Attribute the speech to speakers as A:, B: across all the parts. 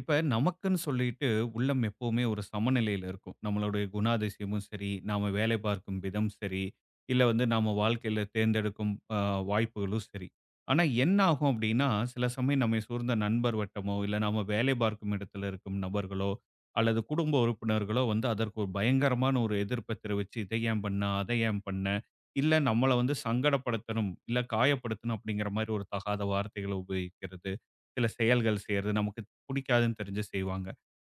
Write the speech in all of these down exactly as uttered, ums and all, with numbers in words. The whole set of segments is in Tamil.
A: இப்ப நமக்குன்னு சொல்லிட்டு உள்ளம் எப்பவுமே ஒரு சமநிலையில இருக்கும். நம்மளுடைய குணாதிசயமும் சரி, நாம வேலை பார்க்கும் விதம் சரி, இல்ல வந்து நாம வாழ்க்கையில தேர்ந்தெடுக்கும் அ வாய்ப்புகளும் சரி. ஆனா என்ன ஆகும் அப்டின்னா, சில சமயம் நம்மை சூழ்ந்த நண்பர் வட்டமோ, இல்ல நாம வேலை பார்க்கும் இடத்துல இருக்கும் நபர்களோ, அல்லது குடும்ப உறுப்பினர்களோ வந்து அதற்கு ஒரு பயங்கரமான ஒரு எதிர்ப்ப தெரிவிச்சு, "இதை ஏன் பண்ண? அதை ஏன் பண்ண?" இல்ல நம்மள வந்து சங்கடப்படுத்தணும், இல்ல காயப்படுத்தணும் அப்டிங்கிற மாரி ஒரு தகாத வார்த்தைகள உபயோகிக்கிறது. சில செயல்கள் செய்றது, நமக்கு புடிக்காதுன்னு தெரிஞ்சு செய்வாங்க.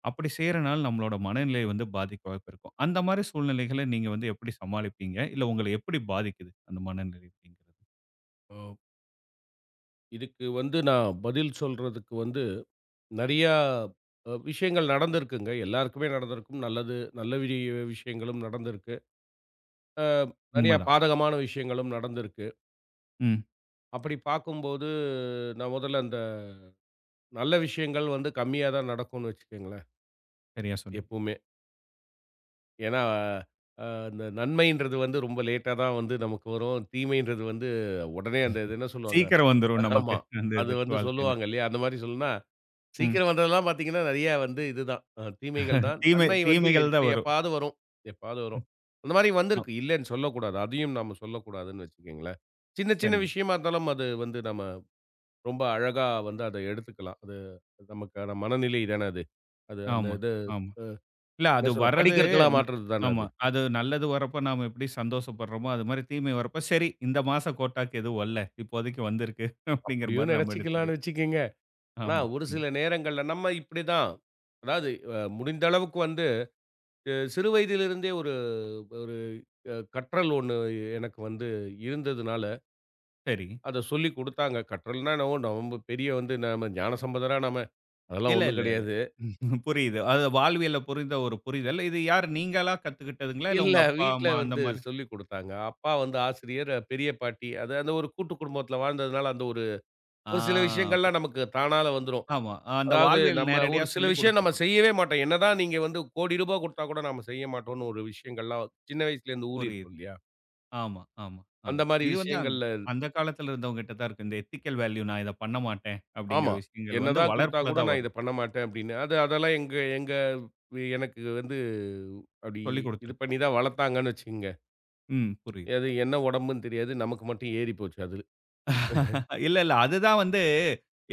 A: அப்படி செய்றனால நம்மளோட மனநிலை வந்து பாதிக்க வாய்ப்பு இருக்கும். அந்த மாரி சூழ்நிலைகள நீங்க வந்து எப்படி சமாளிப்பீங்க? இல்ல உங்கள எப்படி பாதிக்குது அந்த மனநிலை அப்படிங்கிறது?
B: ஓ! இதுக்கு வந்து நான் பதில் சொல்றதுக்கு வந்து நெறையா அ விஷயங்கள் நடந்திருக்குங்க. எல்லாருக்குமே நடந்திருக்கும். நல்லது நல்ல வி விஷயங்களும் நடந்திருக்கு. அ நெறையா
A: உண்மதான்.
B: பாதகமான விஷயங்களும் நடந்திருக்கு.
A: ம்.
B: அப்படி பார்க்கும்போது, நான் முதல்ல அந்த நல்ல விஷயங்கள் வந்து கம்மியா தான் நடக்கும்னு வச்சுக்கங்களேன்,
A: சரியா சொன்னீங்க.
B: எப்பவுமே. ஏன்னா, அ இந்த நன்மைன்றது வந்து ரொம்ப லேட்டா தான் வந்து நமக்கு வரும். தீமைன்றது வந்து உடனே அந்த இது என்ன சொல்லுவாங்க?
A: சீக்கிரம் வந்துரும் நமக்கு
B: ஆமா.
A: அந்த
B: அது
A: இது
B: வந்து
A: வாழ்க்கையில.
B: சொல்லுவாங்க இல்லையா? அந்த மாரி சொல்லுனா
A: ம்.
B: சீக்கிரம் வந்ததெல்லாம் பார்த்தீங்கன்னா, நெறையா வந்து இதுதான். அ தீமைகள் தான்.
A: தீமை
B: நன்மை வந்து
A: தீமைகள்
B: எப்ப
A: தான் வரும்.
B: எப்பாவது வரும். எப்பாவது வரும்.
A: ம்.
B: அந்த மாரி
A: ஆ
B: வந்திருக்கு. இல்லன்னு சொல்லக்கூடாது. அதையும் நாம சொல்லக்கூடாதுன்னு வச்சுக்கங்களேன். சின்ன, சின்ன
A: சரிங்க.
B: விஷயமா இருந்தாலும் அது வந்து நம்ம ரொம்ப அழகா வந்து அத எடுத்துக்கலாம். அது நமக்கான மனநிலை தான அது. அது அந்த
A: ஆமா,
B: இது
A: ஆமா. இல்ல அது
B: என்ன சொல்ல
A: வர்றது
B: படிக்கற்களா
A: ந
B: மாற்றுறது தான
A: ஆமா.
B: அது.
A: அது நல்லது வரப்ப நாம எப்படி சந்தோஷப்படுறோமோ, அது மாரி தீமை வரப்ப சரி இந்த மாச கோட்டாக்கு எதுவும் வல்ல. இப்போதைக்கு வந்திருக்கு அப்படிங்கிற
B: அப்படியும்
A: மாரி நம்ம
B: நெனச்சுக்கலான்னு
A: எடுத்துக்கணும்.
B: வச்சுக்கங்க. ஆனா
A: ஆமா.
B: ஒரு
A: ம்.
B: சில நேரங்கள்ல நம்ம இப்படிதான். அதாவது அ முடிந்த அளவுக்கு வந்து அ சிறு வயதிலிருந்தே ஒரு ஒரு அ கற்றல் ஒண்ணு எனக்கு வந்து இருந்ததுனால,
A: சரி.
B: அத சொல்லிக் குடுத்தாங்க. கற்றல்னா என்னவோ நம்ம பெரிய வந்து நம்ம ஞானசம்பந்தரா நாம அதெல்லாம்
A: இல்ல,
B: ஒண்ணும்
A: இல்ல, இல்ல.
B: கிடையாது.
A: புரியுது. அது வாழ்வியல்ல புரிந்த ஒரு புரிதல். இது யார் நீங்களா கத்துக்கிட்டதுங்களா? இல்ல
B: இல்ல
A: உங்க அப்பா,
B: வீட்ல
A: அம்மா அந்த
B: வந்து
A: மாரி?
B: சொல்லிக் குடுத்தாங்க. அப்பா வந்து ஆசிரியர், அஹ், பெரிய பாட்டி அது அந்த ஒரு கூட்டு குடும்பத்தில வாழ்ந்ததுனால, அந்த ஒரு
A: ஆ
B: ஒரு சில
A: பு
B: விஷயங்கள்லாம் நமக்கு தானால வந்துரும்.
A: ஆமா. ஆஹ் அந்த
B: அதாவது
A: வாழ்வியல்
B: நம்ம
A: நேரடியா
B: ஒரு சில
A: சொல்லிக்
B: விஷயம் நம்ம
A: குடுக்கப்படும்.
B: செய்யவே மாட்டோம். என்னதான் நீங்க வந்து கோடி ரூபாய் குடுத்தா கூட நாம செய்ய மாட்டோம்னு ஒரு விஷயங்கள்லாம் சின்ன வயசுலேருந்து
A: புரியுது.
B: ஊறியிருக்கும் இல்லையா?
A: ஆமா, ஆமா,
B: அந்த
A: ஆமா.
B: மாரி
A: இது வந்து அந்த
B: விஷயங்கள்ல
A: அந்த காலத்துல இருந்தவங்ககிட்ட தான் இருக்கு. இந்த எத்திக்கல் வேல்யூ நான் இத பண்ண மாட்டேன், அப்படிங்கிற
B: ஆமா.
A: விஷயங்கள் வந்து
B: என்னதான் குடுத்தா
A: வளர்ப்புல
B: கூட
A: தான்
B: நான்
A: வரும்.
B: இத பண்ண மாட்டேன் அப்படின்னு. அது அதெல்லாம் எங்க எங்க எனக்கு வந்து அப்படி
A: சொல்லிக்
B: இது
A: குடுத்துருக்காங்க.
B: பண்ணி தான் வளர்த்தாங்கன்னு வச்சுக்கங்க.
A: ம். புரியுது.
B: அது என்ன உடம்புன்னு தெரியாது. நமக்கு மட்டும் ஏறி போச்சு அது.
A: இல்ல, இல்ல. அதுதான் வந்து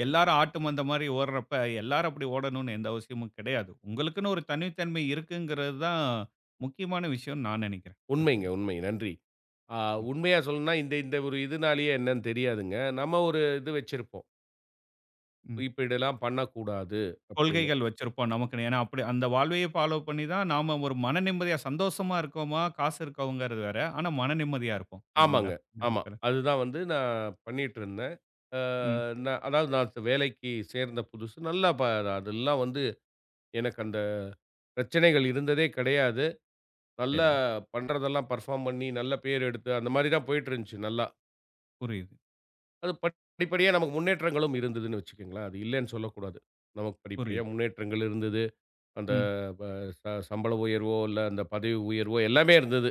A: எல்லாரும் ஆட்டு மந்த மாரி ஓடுறப்ப, எல்லாரும் அப்படி ஓடணும்னு எந்த அவசியமும் கிடையாது. உங்களுக்குன்னு ஒரு தனித்தன்மை இருக்குங்கிறது தான் முக்கியமான விஷயம்னு நான் நெனைக்கிறேன்.
B: உண்மைங்க
A: எப்பவும்.
B: உண்மை. நன்றி. ஆ
A: ம்,
B: உண்மையா சொல்லணும்னா இந்த இந்த ஒரு இதுனாலேயே என்னன்னு தெரியாதுங்க. நம்ம ஒரு இது வச்சிருப்போம்.
A: ம்.
B: இப்படிலாம் பண்ணக்கூடாது அப்படின்னு.
A: கொள்கைகள் வச்சிருப்போம் நமக்குன்னு. ஏன்னா, அப்படி அந்த வாழ்வையே ஃபாலோ பண்ணி தான் நாம ஒரு மன நிம்மதியா சந்தோஷமா இருக்கோமா, காசு இருக்கோங்கிறது வேற. ஆனா மன நிம்மதியா இருப்போம். இல்லைங்களா?
B: ஆமாங்க.
A: இந்த
B: ஆமா.
A: இடத்துல.
B: அதுதான் வந்து நான் பண்ணிட்டுருந்தேன். ஆ
A: ம்.
B: நான் அதாவது நான் வேலைக்கு சேர்ந்த புதுசு நல்லா ப அதெல்லாம் வந்து எனக்கு அந்த பிரச்சனைகள் இருந்ததே கிடையாது. நல்லா
A: சரி.
B: பண்றதெல்லாம் பெர்ஃபார்ம் பண்ணி, நல்ல பேர் எடுத்து, அந்த மாரி தான் போயிட்டுருந்துச்சு நல்லா.
A: புரியுது,
B: அது படிப்படியா நமக்கு முன்னேற்றங்களும் இருந்ததுன்னு வச்சுக்கங்களேன். அது இல்லன்னு சொல்லக்கூடாது. நமக்கு படிப்படியா
A: புரியுது.
B: முன்னேற்றங்கள் இருந்தது. அந்த
A: ம்.
B: ப ச சம்பள உயர்வோ, இல்ல அந்த பதவி உயர்வோ எல்லாமே இருந்தது.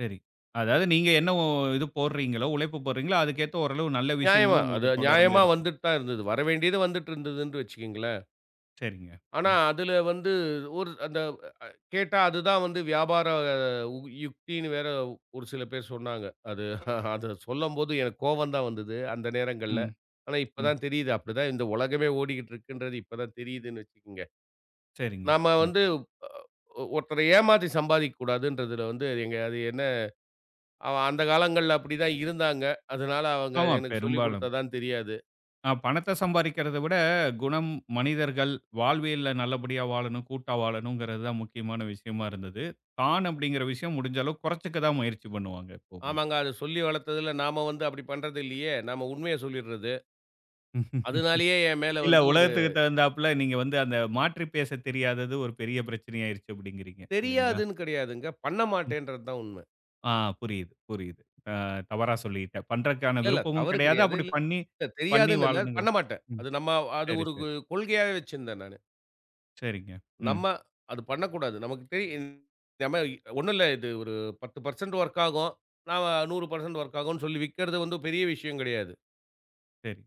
A: சரி. அதாவது நீங்க என்ன ஒ இது போடுறீங்களோ, உழைப்பு போடுறீங்களோ, அதுக்கேத்த ஓரளவு நல்ல
B: நியாயமா,
A: விஷயங்களும்
B: அது
A: உங்களுக்கு தொடர்ந்து
B: நியாயமா
A: இருக்கும்.
B: வந்துட்டு தான் இருந்தது. வரவேண்டியது வந்துட்டு இருந்ததுன்னு வச்சுக்கங்களேன்.
A: சரிங்க.
B: ஆனா,
A: ம்.
B: அதுல வந்து ஒரு அந்த கேட்டா, அதுதான் வந்து வியாபார உ யுக்தின்னு வேற ஒரு சில பேர் சொன்னாங்க. அது அத சொல்லம்போது எனக்கு கோவம் தான் வந்தது, அந்த நேரங்கள்ல.
A: ம்,
B: ஆனா, இப்ப
A: ம்.
B: தான் தெரியுது. அப்படிதான் இந்த உலகமே ஓடிக்கிட்டு இருக்குன்றது இப்ப தான் தெரியுதுன்னு வச்சுக்கங்க.
A: சரிங்க.
B: நாம
A: ம்.
B: வந்து அ ஒருத்தர ஏமாத்தி சம்பாதிக்க கூடாதுன்றதுல வந்து எங்க அது என்ன அவன் அந்த காலங்கள்ல அப்படிதான் இருந்தாங்க. அதனால அவங்க
A: ஆமா,
B: எனக்கு சொல்லிக்
A: பெரும்பாலும்.
B: குடுத்ததான்னு தெரியாது.
A: அ பணத்த சம்பாரிக்கிறத விட, குணம், மனிதர்கள், வாழ்வியல்ல நல்லபடியா வாழணும், கூட்டா வாழணுங்கிறது தான் முக்கியமான விஷயமா இருந்தது. தான் அப்படிங்கிற விஷயம் முடிஞ்ச அளவு குறைச்சுக்க தான் முயற்சி பண்ணுவாங்க எப்பவுமே.
B: ஆமாங்க, அது சொல்லி வளர்த்ததுல நாம வந்து அப்படி பண்றது இல்லையே! நாம உண்மைய சொல்லிர்றது.
A: ம்ஹும்.
B: அதனாலேயே என் மேல
A: இல்ல
B: வந்து ஒரு
A: உலகத்துக்கு தகுந்தாப்புல நீங்க வந்து அந்த மாற்றி பேச தெரியாதது ஒரு பெரிய பிரச்சனையாயிருச்சு அப்படிங்கிறீங்க, இல்லைங்களா?
B: தெரியாதுன்னு கிடையாதுங்க. பண்ண
A: ம்.
B: மாட்டேன்றது தான் உண்ம.
A: ஆ புரியுது, புரியுது. அ தவறா சொல்லிட்டேன். பண்றதுக்கான
B: இல்ல, இல்ல
A: விருப்பமும்
B: தவறு
A: கிடையாது.
B: கிடையாது.
A: அப்படி
B: இல்ல
A: பண்ணி
B: இல்ல,
A: பண்ணி
B: தெரியாதுன்னு இல்ல. பண்ண
A: வாழணுங்கிறது.
B: மாட்டேன்.
A: ம்.
B: அது நம்ம அது
A: சரி,
B: ஒரு
A: சரி.
B: கு கொள்கையாவே வச்சிருந்தேன் நானு.
A: சரிங்க. ம்.
B: நம்ம அது பண்ணக்கூடாது. நமக்கு தெரி நம்ம ஒண்ணும் இல்ல இது ஒரு பத்து சதவீதம் ஒர்க் ஆகும். நான் நூறு சதவீதம் ஒர்க் ஆகும்ன்னு சொல்லி விக்கிறது வந்து பெரிய விஷயம் கிடையாது.
A: சரி.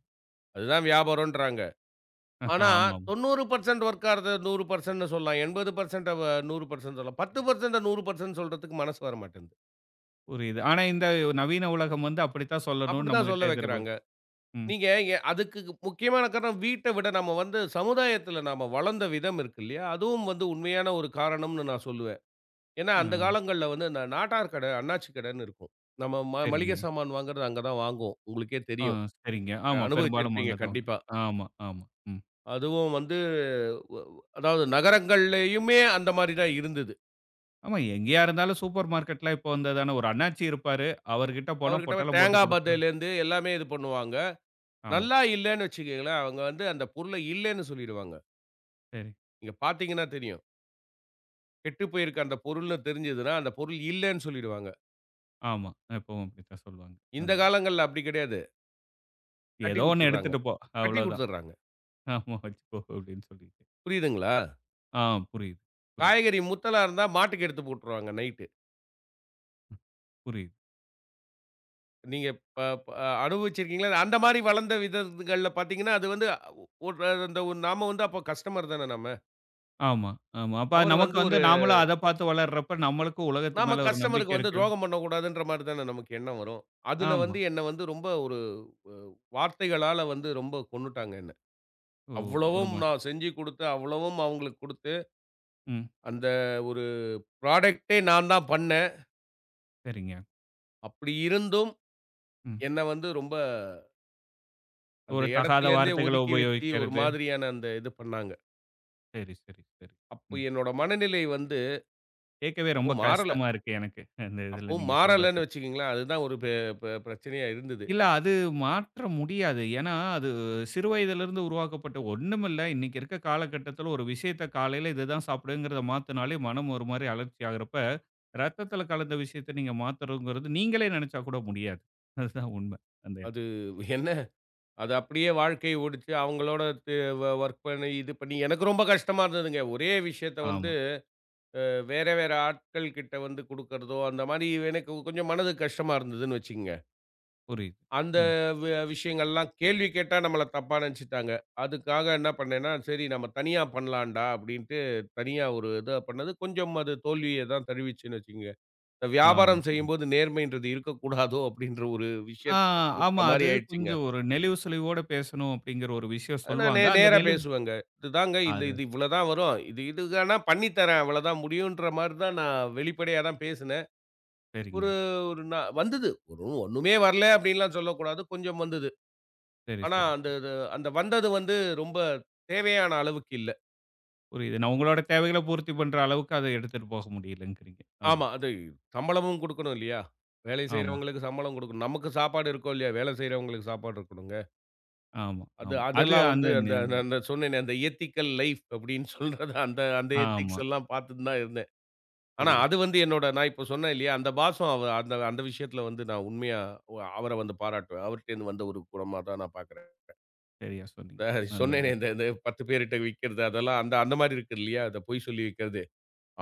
B: அதுதான் வியாபாரம்ன்றாங்க. ஆனா
A: ஆமாம்.
B: தொண்ணூறு சதவீதம் ஒர்க் ஆறத நூறு சதவீதம் ன்னு சொல்லலாம். எண்பது சதவீதம் நூறு சதவீதம் சொல்லலாம். பத்து சதவீதம் நூறு சதவீதம் சொல்றதுக்கு மனசு வர மாட்டேன்து.
A: புரியுது. ஆனா, இந்த நவீன உலகம் வந்து அப்படித்தான் சொல்லணும்னு
B: அப்படிதான்
A: நம்மகிட்ட
B: சொல்ல
A: எதிர்பார்க்
B: வைக்கிறாங்க.
A: ம்.
B: நீங்க எ அதுக்கு முக்கியமான காரணம் வீட்ட விட நம்ம வந்து சமுதாயத்தில நாம வளர்ந்த விதம் இருக்கு இல்லையா? அதுவும் வந்து உண்மையான ஒரு காரணம்னு நான் சொல்லுவேன். ஏன்னா, அந்த
A: அ
B: காலங்கள்ல வந்து இந்த நாட்டார் கடை, அண்ணாச்சி கடைன்னு இருக்கும். நம்ம ம
A: சரிங்க.
B: மளிகை சாமான் வாங்குறது அங்க தான் வாங்குவோம். உங்களுக்கே
A: ஆ
B: தெரியும்.
A: சரிங்க.
B: அஹ்
A: ஆமா. பெரும்பாலும்
B: அனுபவிச்சிருப்பீங்க
A: அங்க தான்.
B: கண்டிப்பா.
A: ஆமா, ஆமா. ம்.
B: அதுவும் வந்து வ் அதாவது நகரங்கள்லயுமே அந்த மாரி தான் இருந்தது.
A: ஆமா. எங்கேயா இருந்தாலும் சூப்பர் மார்க்கெட்லாம் இப்போ வந்ததுதானே. ஒரு அண்ணாச்சி இருப்பாரு. அவர்கிட்ட போனா
B: அவர்கிட்ட போய்
A: பொட்டலம் போட்டு
B: தேங்காய்
A: குடுக்கணும்.
B: பத்தையிலேருந்து எல்லாமே இது பண்ணுவாங்க.
A: ஆமா.
B: நல்லா இல்லன்னு வச்சுக்கங்களேன், அவங்க வந்து அந்த பொருள இல்லன்னு சொல்லிடுவாங்க.
A: சரி.
B: நீங்க பார்த்தீங்கன்னா தெரியும். கெட்டு போயிருக்க அந்த பொருள்னு தெரிஞ்சதுன்னா, அந்த பொருள் இல்லன்னு சொல்லிடுவாங்க.
A: ஆமா. எப்பவும் அப்படித்தான் சொல்லுவாங்க.
B: இந்த
A: அந்த
B: காலங்கள்ல அப்படி கிடையாது. கட்டி
A: ஏதோ ஒண்ணு
B: குடுத்துடுறாங்க.
A: எடுத்துட்டு போ.
B: கட்டி
A: அவ்வளோதான்.
B: குடுத்துடுறாங்க.
A: ஆமா வச்சுக்கோ அப்படின்னு சொல்லிட்டு.
B: புரியுதுங்களா?
A: ஆ புரியுது, புரியுது.
B: காய்கறி முத்தலா இருந்தா மாட்டுக்கு எடுத்து போட்டுருவாங்க நைட்டு.
A: ம். புரியுது.
B: நீங்க ப ப அனுபவிச்சிருக்கீங்களா? அந்த மாரி வளர்ந்த விதங்கள்ல பார்த்தீங்கன்னா, அது வந்து ஒரு அந்த ஒரு- நாம வந்து அப்போ கஸ்டமர் தானே நம்ம.
A: ஆமா, ஆமா. அப்ப
B: அவர்
A: நமக்கு
B: வந்து
A: வந்து
B: ஒரு
A: நாமளும் அத பார்த்து வளர்றப்ப நம்மளுக்கும் உலகத்து
B: நாம
A: மேல ஒரு நம்பிக்கை
B: கஸ்டமருக்கு வந்து
A: இருக்கு.
B: துரோகம் பண்ணக்கூடாதுன்ற மாரி தானே நமக்கு எண்ணம் வரும். அதுல
A: ஆமா.
B: வந்து என்ன வந்து ரொம்ப ஒரு அ வார்த்தைகளால வந்து ரொம்ப கொன்னுட்டாங்க என்ன.
A: ஓ! ஒரு
B: அவ்வளவும்
A: மாரி.
B: நான் செஞ்சு குடுத்து, அவ்வளவும் அவங்களுக்கு குடுத்து
A: ம்.
B: அந்த ஒரு ப்ராடக்ட்டே நான் தான் பண்ணேன்.
A: சரிங்க.
B: அப்படி இருந்தும்,
A: ம்.
B: என்ன வந்து ரொம்ப அந்த
A: ஒரு தகாத
B: இடத்திலேருந்தே
A: வார்த்தைகள
B: ஒதுக்கி வச்சு, ஒரு
A: உபயோகிக்கிறது.
B: மாதிரியான அந்த இது பண்ணாங்க.
A: சரி, சரி, சரி.
B: அப்போ
A: ம்.
B: என்னோட மனநிலை வந்து
A: கேட்கவே ரொம்ப
B: அப்பவும் மாறல.
A: கஷ்டமா இருக்கு எனக்கு. அந்த இதில
B: அப்பவும்
A: நீங்க சொல்றப்ப.
B: மாறலன்னு வச்சுக்கங்களேன். அதுதான் ஒரு பெ பெ பிரச்சனையா இருந்தது.
A: இல்ல அது மாற்ற முடியாது. ஏன்னா, அது சிறு வயதிலிருந்து உருவாக்கப்பட்ட ஒண்ணுமில்ல. இன்னைக்கு இருக்க காலகட்டத்தில ஒரு விஷயத்த காலையில இதுதான் சாப்பிடுங்கிறத மாத்துனாலே மனம் ஒரு மாரி அலர்ச்சி ஆகுறப்ப, ரத்தத்தில கலந்த விஷயத்த நீங்க மாத்தணுங்கிறது நீங்களே நினைச்சா கூட முடியாது. அதுதான் உண்ம. அந்த இடம்.
B: அது என்ன, அது அப்படியே வாழ்க்கை ஓடுச்சு. அவங்களோட து வ வொர்க் பண்ணி, இது பண்ணி எனக்கு ரொம்ப கஷ்டமா இருந்ததுங்க. ஒரே விஷயத்த வந்து
A: ஆமா.
B: வேற வேற ஆட்கள் கிட்ட வந்து குடுக்கறதோ, அந்த மாரி எனக்கு கொஞ்சம் மனதுக்கு கஷ்டமா இருந்ததுன்னு வச்சுக்கங்க.
A: புரியுது.
B: அந்த
A: ம்.
B: வி விஷயங்கள்லாம் கேள்வி கேட்டா நம்மள தப்பா நெனச்சுட்டாங்க. அதுக்காக என்ன பண்ணேன்னா, சரி நம்ம தனியா பண்ணலான்டா அப்படின்ட்டு தனியா ஒரு இத பண்ணது. கொஞ்சம் அது தோல்விய தான் தழுவிச்சுன்னு வச்சுக்கங்க. இந்த
A: ஆ.
B: வியாபாரம் செய்யும்போது நேர்மைன்றது இருக்கக்கூடாதோ அப்படின்ற ஒரு
A: ஆ,
B: விஷயத்த
A: ஆமா.
B: கத்துக்கிட்ட
A: அது
B: மாரி ஆயிடுச்சுங்க.
A: கொஞ்சம் ஒரு நெளிவு சுளிவோட பேசணும் அப்படிங்கிற ஒரு விஷயம்
B: அது நான் நே
A: சொல்லுவாங்க. அந்த
B: நேரா
A: நெளிவு
B: பேசுவேங்க. இதுதாங்க இந்த
A: அது
B: இது இவ்வளதான் வரும். இது இதுக்கானா பண்ணி தரேன். அவ்வளதான் முடியுன்ற மாரி தான் நான் வெளிப்படையா தான் பேசினேன்.
A: சரிங்க.
B: ஒரு ஒரு நா வந்தது. ஒரு ஒண்ணுமே வரல அப்படின்லாம் சொல்லக்கூடாது. கொஞ்சம் வந்தது.
A: சரி,
B: ஆனா,
A: சரி,
B: அந்த
A: சரி.
B: இது அந்த வந்தது வந்து ரொம்ப தேவையான அளவுக்கு இல்ல.
A: புரியுது. நான் உங்களோட தேவைகள பூர்த்தி பண்ற அளவுக்கு அத எடுத்துட்டு போக முடியலங்கிறீங்க. அவ்வளோ.
B: ஆமா. அது சம்பளமும் குடுக்கணும் இல்லையா? வேலை
A: ஆமா,
B: செய்றவங்களுக்கு சம்பளம் குடுக்கணும். நமக்கு சாப்பாடு இருக்கோ இல்லையா, வேலை செய்றவங்களுக்கு சாப்பாடு இருக்கணுங்க.
A: ஆமா,
B: அது
A: ஆமா. அது
B: அதெல்லாம்
A: அந்த
B: வந்து
A: நெ
B: அந்த அந்த அந்த சொன்னேனே அந்த எத்திக்கல் லைஃப் அப்படின்னு சொல்றது அந்த அந்த
A: ஆமா.
B: எத்திக்ஸ் எல்லாம் பார்த்துட்டு தான் இருந்தேன். ஆனா,
A: புரியுது.
B: அது வந்து என்னோட நான் இப்போ சொன்னேன் இல்லையா, அந்த பாஸும் அவ அந்த அந்த விஷயத்தில வந்து நான் உண்மையா ஒ அவர வந்து பாராட்டுவேன். அவர்ட்டேருந்து வந்த ஒரு குணமா தான் நான் பார்க்குறேன்.
A: சரியா சொன்னீங்க.
B: இந்த
A: அந்த
B: சொன்னேனே
A: இது.
B: இந்த இந்த பத்து பேர்ட்ட விக்கிறது அதெல்லாம் அந்த அந்த மாரி இருக்கு இல்லையா? அத பொய் சொல்லி விக்கிறது.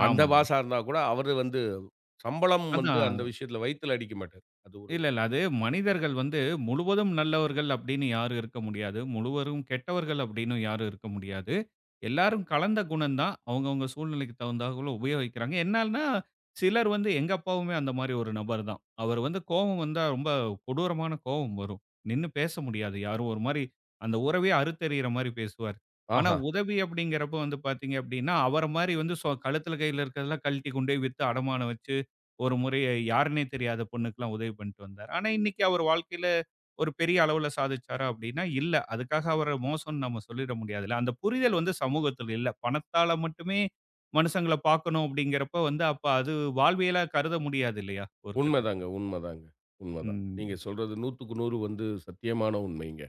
B: அந்த
A: ஆமாங்க.
B: பாஷா இருந்தா கூட, அவரு வந்து சம்பளம் வந்து
A: அதான்
B: அந்த விஷயத்துல வயித்துல அடிக்க மாட்டாரு. அது ஒரு
A: இல்ல, இல்ல. அது மனிதர்கள் வந்து முழுவதும் நல்லவர்கள் அப்படின்னு யாரும் இருக்க முடியாது. முழுவதும் கெட்டவர்கள் அப்படின்னு யாரும் இருக்க முடியாது. எல்லாரும் கலந்த குணம் தான். அவங்கவங்க சூழ்நிலைக்கு தகுந்தாப்புல உபயோகிக்கிறாங்க. என்னன்னா, சிலர் வந்து எங்க அப்பாவுமே அந்த மாரி ஒரு நபர் தான். அவர் வந்து கோவம் வந்தா ரொம்ப கொடூரமான கோவம் வரும். நின்னு பேச முடியாது. யாரும் ஒரு மாரி அந்த உறவையே அறுத்தெறியிற மாரி பேசுவார். ஆனா,
B: ஆஹா!
A: உதவி அப்படிங்கிறப்ப வந்து பார்த்தீங்க அப்படின்னா, அவர மாரி வந்து சொ கழுத்தில கையில இருக்கிறதெல்லாம் கழட்டி கொண்டு போய் வித்து அடமானம் வச்சு ஒரு முறை யாருன்னே தெரியாத பொண்ணுக்குலாம் உதவி பண்ணிட்டு வந்தாரு. ஆனா, இன்னைக்கு அவர் வாழ்க்கையில ஒரு பெரிய அளவுல சாதிச்சாரா அப்படின்னா, இல்ல. அதுக்காக அவர மோசம்ன்னு நம்ம சொல்லிட முடியாதுல்ல. அந்த புரிதல் வந்து சமூகத்துல இல்ல. பணத்தால மட்டுமே மனுஷங்கள பார்க்கணும் அப்படிங்கிறப்ப வந்து, அப்ப அது வாழ்வியலா கருத முடியாது இல்லையா? ஒரு கட்டத்துல.
B: உண்மதாங்க, உண்மதாங்க, உண்மதான். நீங்க
A: ம்.
B: சொல்றது நூத்துக்கு நூறு வந்து சத்தியமான உண்மைங்க.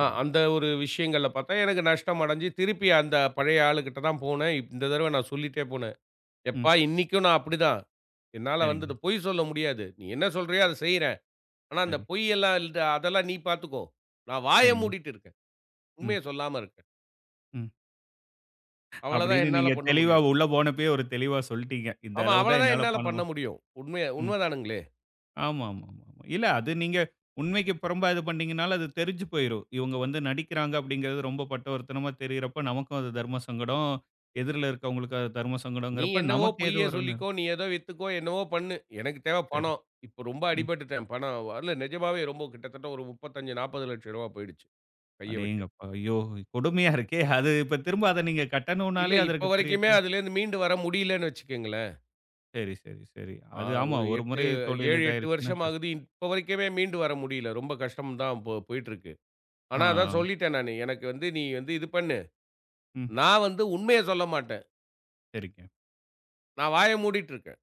B: ஆ அந்த ஒரு விஷயங்கள்ல பார்த்தா எனக்கு நஷ்டம் அடைஞ்சு, திருப்பி அந்த பழைய ஆளுகிட்ட தான் போனேன். இந்த தடவ நான் சொல்லிட்டே போனேன்.
A: ம்.
B: "எப்பா இன்னைக்கும் நான் அப்படிதான். என்னால வந்து
A: சரிங்க.
B: இந்த பொய் சொல்ல முடியாது. நீ என்ன சொல்றியோ அத செய்றேன். ஆனா அந்த
A: சரி,
B: பொய் எல்லாம் இல்ல அதெல்லாம் நீ பார்த்துக்கோ. நான் வாய
A: சரிங்க.
B: மூடிட்டு இருக்கேன்.
A: ம்,
B: உண்மைய சொல்லாம இருக்கேன்.
A: ம்.
B: அவ்வளதான்
A: அப்படின்னு
B: என்னால
A: நீங்க
B: பண்ண
A: தெளிவா
B: முடியும்."
A: உள்ள போனப்பயே ஒரு தெளிவா சொல்ட்டீங்க. இந்த
B: ஆமா.
A: அளவு தான்
B: அவளதான்
A: என்னால
B: என்னால
A: பண்ண
B: பண்ண
A: முடியும்.
B: முடியும். உண்மை
A: ம்.
B: உண்மதானுங்களே!
A: ஆமாமாமாமா. இல்ல அது நீங்க உண்மைக்கு புறம்பா இது பண்ணீங்கனாலும், அது தெரிஞ்சு போயிரும். இவங்க வந்து நடிக்கிறாங்க அப்படிங்கிறது ரொம்ப பட்டவர்த்தனமா தெரியறப்ப, நமக்கும் அது தர்ம சங்கடம். எதிர்ல இருக்கவங்களுக்கு அது தர்ம
B: நீ
A: சங்கடம்ங்கிறப்ப,
B: என்னவோ
A: நமக்கு ஏது
B: பொய்ய
A: வரும்னு
B: சொல்லிக்கோ, நீ ஏதோ வித்துக்கோ, என்னவோ பண்ணு. எனக்கு தேவை
A: தெரியும்.
B: பணம். இப்போ ரொம்ப
A: ம்.
B: அடிபட்டுட்டேன். பணம் இல்ல நிஜமாவே ரொம்ப கிட்டத்தட்ட ஒரு முப்பத்தி ஐந்து, நாற்பது லட்சம் ரூவா போயிடுச்சு. கைய விட்டு.
A: அடேங்கப்பா! ஐயோ! கொடுமையா இருக்கே! அது இப்ப திரும்ப அத நீங்க
B: இல்ல
A: கட்டணும்னாலே
B: இப்ப
A: அதற்கு பெரிய
B: வரைக்குமே
A: கடு
B: அதுலேருந்து மீண்டு வர முடியலன்னு வச்சுக்கங்களேன்.
A: சரி, சரி, சரி.
B: ஆ
A: அது ஆமா.
B: ஒரு
A: ஒரு
B: எட்டு,
A: முறை தொழில்
B: ஏழு, எட்டு
A: இதாயிருச்சுன்னா
B: வருஷம்
A: கஷ்டம்.
B: ஆகுது. இப்ப வரைக்குமே மீண்டு வர முடியல. ரொம்ப கஷ்டம் தான் போ போயிட்டுருக்கு.
A: ஆ.
B: ஆனா அதான் சொல்லிட்டேன் நானு. எனக்கு வந்து நீ வந்து இது பண்ணு.
A: ம்.
B: நான் வந்து உண்மைய சொல்ல மாட்டேன்.
A: சரிங்க.
B: நான் வாய மூடிட்டு இருக்கேன்.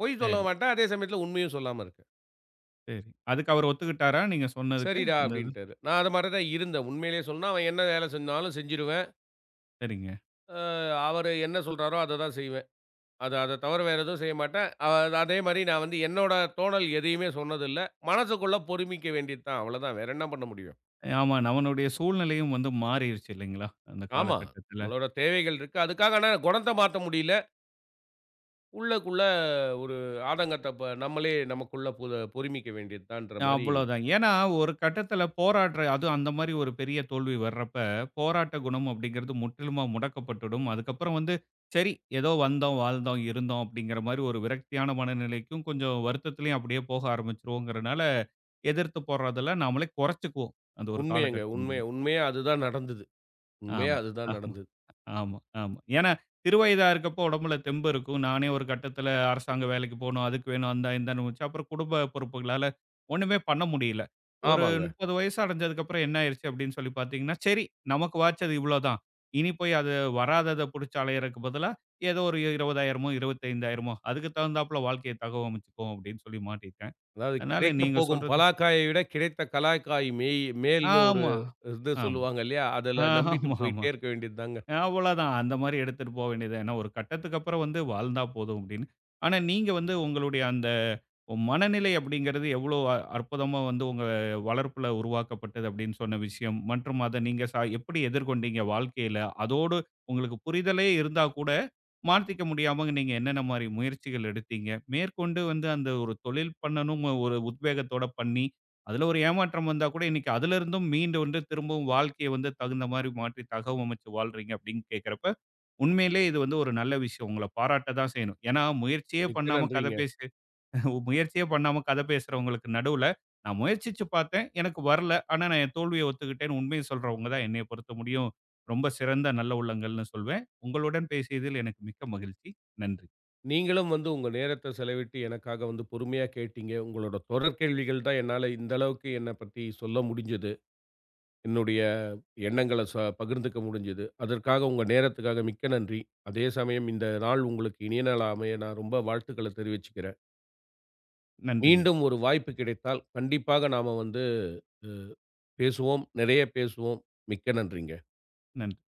B: பொய் சொல்ல
A: சரி,
B: மாட்டேன். அதே சமயத்தில உண்மையும் சொல்லாம இருக்கேன்.
A: சரி. அதுக்கு அவரு ஒத்துக்கிட்டாரா? நீங்க சொன்னதுக்கு
B: சரிடா
A: அந்த இது?
B: அப்படின்ட்டாரு. நான் அது மாரி தான் இருந்தேன். உண்மையிலேயே சொல்லணும்னா, அவன் என்ன வேலை சொன்னாலும் செஞ்சுருவேன்.
A: சரிங்க.
B: அ அவரு என்ன சொல்றாரோ அத தான் செய்வேன். அத அத தவிர வேற எதுவும் செய்ய மாட்டேன். அ அதே மாரி நான் வந்து என்னோட தோணல் எதையுமே சொன்னதில்ல. மனசுக்குள்ள பொறுமிக்க வேண்டியது தான். அவ்வளதான். வேற என்ன பண்ண முடியும்?
A: ஆமா. நம்மளுடைய சூழ்நிலையும் வந்து மாறிருச்சு இல்லைங்களா? அந்த
B: ஆமா.
A: காலகட்டத்தில.
B: நம்மளோட தேவைகள் இருக்கு. அதுக்காக ஆனா குணத்த மாத்த முடியல. உள்ளக்குள்ள ஒரு ஆதங்கத்த ப நம்மளே நமக்குள்ள பொ பொறுமிக்க வேண்டியது தான்ற மாரி
A: அவ்வளோதான். ஏன்னா, ஒரு கட்டத்தில போராடுற அதுவும் அந்த மாரி ஒரு பெரிய தோல்வி வர்றப்ப, போராட்ட குணம் அப்படிங்கிறது முற்றிலுமா முடக்கப்பட்டுடும். அதுக்கப்புறம் வந்து, சரி ஏதோ வந்தோம், வாழ்ந்தோம், இருந்தோம் அப்படிங்கிற மாரி ஒரு விரக்தியான மனநிலைக்கும், கொஞ்சம் வருத்தத்திலயும் அப்படியே போக ஆரம்பிச்சுருவோங்கிறனால, எதிர்த்து போடுறதெல்லாம் நாமளே குறைச்சுக்குவோம். அந்த ஒரு
B: உண்மையங்க.
A: காலகட்டம்
B: உண்மைய
A: முடியும்.
B: உண்மையா அதுதான் நடந்தது. உண்மையா
A: ஆமா,
B: அதுதான்
A: ஆமா.
B: நடந்தது.
A: ஆமா, ஆமா. ஏன்னா, சிறுவயதா இருக்கப்போ உடம்புல தெம்பு இருக்கும். நானே ஒரு கட்டத்தில அரசாங்க வேலைக்கு போணும், அதுக்கு வேணும், அந்தா இந்தான்னு வச்சு, அப்புறம் குடும்ப பொறுப்புகளால ஒண்ணுமே பண்ண முடியல. ஒரு
B: ஆமாங்க.
A: முப்பது வயசு அடைஞ்சதுக்கப்புறம் என்ன ஆயிருச்சு அப்படின்னு சொல்லி பார்த்தீங்கன்னா, சரி நமக்கு வாச்சது இவ்வளோதான். இனி போய் அது வராதத புடிச்சு அலையறக்கு பதிலா, ஏதோ ஒரு 20,000மோ, 25,000மோ அதுக்கு தகுந்தாப்புல வாழ்க்கைய தகவமைச்சுக்குவோம் அப்படின்னு சொல்லி மாட்டிட்டேன்.
B: அதாவது
A: அதனால
B: கிடைக்கப்
A: நீங்க
B: போகும்
A: சொல்றது
B: பலாக்காயை விட கிடைத்த கலாய்க்காய் மேய் மேல்ன்னு ஒரு
A: ஆமா,
B: இது
A: ஆமா.
B: சொல்லுவாங்க இல்லையா? அதுல நம்பிட்டு
A: ஆமா, ஆமா.
B: போயிட்டே இருக்க வேண்டியது தாங்க.
A: அவ்வளதான். அந்த மாரி எடுத்துட்டு போ வேண்டியது தான். ஏன்னா, ஒரு கட்டத்துக்கு அப்புறம் வந்து வாழ்ந்தா போதும் அப்படின்னு. ஆனா, நீங்க வந்து உங்களுடைய அந்த மனநிலை அப்படிங்கிறது எவ்வளோ அ அற்புதமா வந்து உங்க வளர்ப்புல உருவாக்கப்பட்டது அப்படின்னு சொன்ன விஷயம், மற்றும் அத நீங்க ச எப்படி எதிர்கொண்டீங்க வாழ்க்கையில? அதோடு உங்களுக்கு புரிதலே இருந்தா கூட, மாத்திக்க முடியாம நீங்க என்னென்ன மாரி முயற்சிகள் எடுத்தீங்க? மேற்கொண்டு வந்து அந்த ஒரு தொழில் பண்ணணும் ஒரு உத்வேகத்தோட பண்ணி, அதுல ஒரு ஏமாற்றம் வந்தா கூட இன்னைக்கு அதுல இருந்தும் மீண்டு வந்து திரும்பவும் வாழ்க்கைய வந்து தகுந்த மாரி மாற்றி தகவமைச்சு வாழ்றீங்க அப்படின்னு கேட்கிறப்ப, உண்மையிலேயே இது வந்து ஒரு நல்ல விஷயம். உங்கள பாராட்ட தான் செய்யணும். ஏன்னா முயற்சியே
B: மிக்க
A: பண்ணாம கதை
B: நன்றிங்க.
A: பேசி முயற்சியே பண்ணாம கதை பேசுறவங்களுக்கு நடுவுல, நான் முயற்சிச்சு பார்த்தேன். எனக்கு வரல. ஆனா நான் என் தோல்விய ஒத்துக்கிட்டேன்னு உண்மைய சொல்றவங்க தான் என்னைய பொறுத்த முடியும் ரொம்ப சிறந்த நல்ல உள்ளங்கள்னு சொல்வேன். உங்களுடன் பேசியதில் எனக்கு மிக்க மகிழ்ச்சி. நன்றி.
B: நீங்களும் வந்து உங்க நேரத்த செலவிட்டு எனக்காக வந்து பொறுமையா கேட்டீங்க. உங்களோட தொடர் கேள்விகள் தான் என்னால இந்த அளவுக்கு என்னப் பத்தி சொல்ல முடிஞ்சது. என்னுடைய எண்ணங்கள ச பகிர்ந்துக்க முடிஞ்சது. அதற்காக உங்க நேரத்துக்காக மிக்க நன்றி. அதே சமயம் இந்த நாள் உங்களுக்கு இனிய நாளா அமைய நான் ரொம்ப வாழ்த்துக்கள தெரிவிச்சுக்கிறேன்.
A: நன்றிங்க.
B: மீண்டும் ஒரு வாய்ப்பு கிடைத்தால், கண்டிப்பாக நாம வந்து, அ பேசுவோம். நிறைய பேசுவோம். மிக்க நன்றிங்க.
A: நன்றி.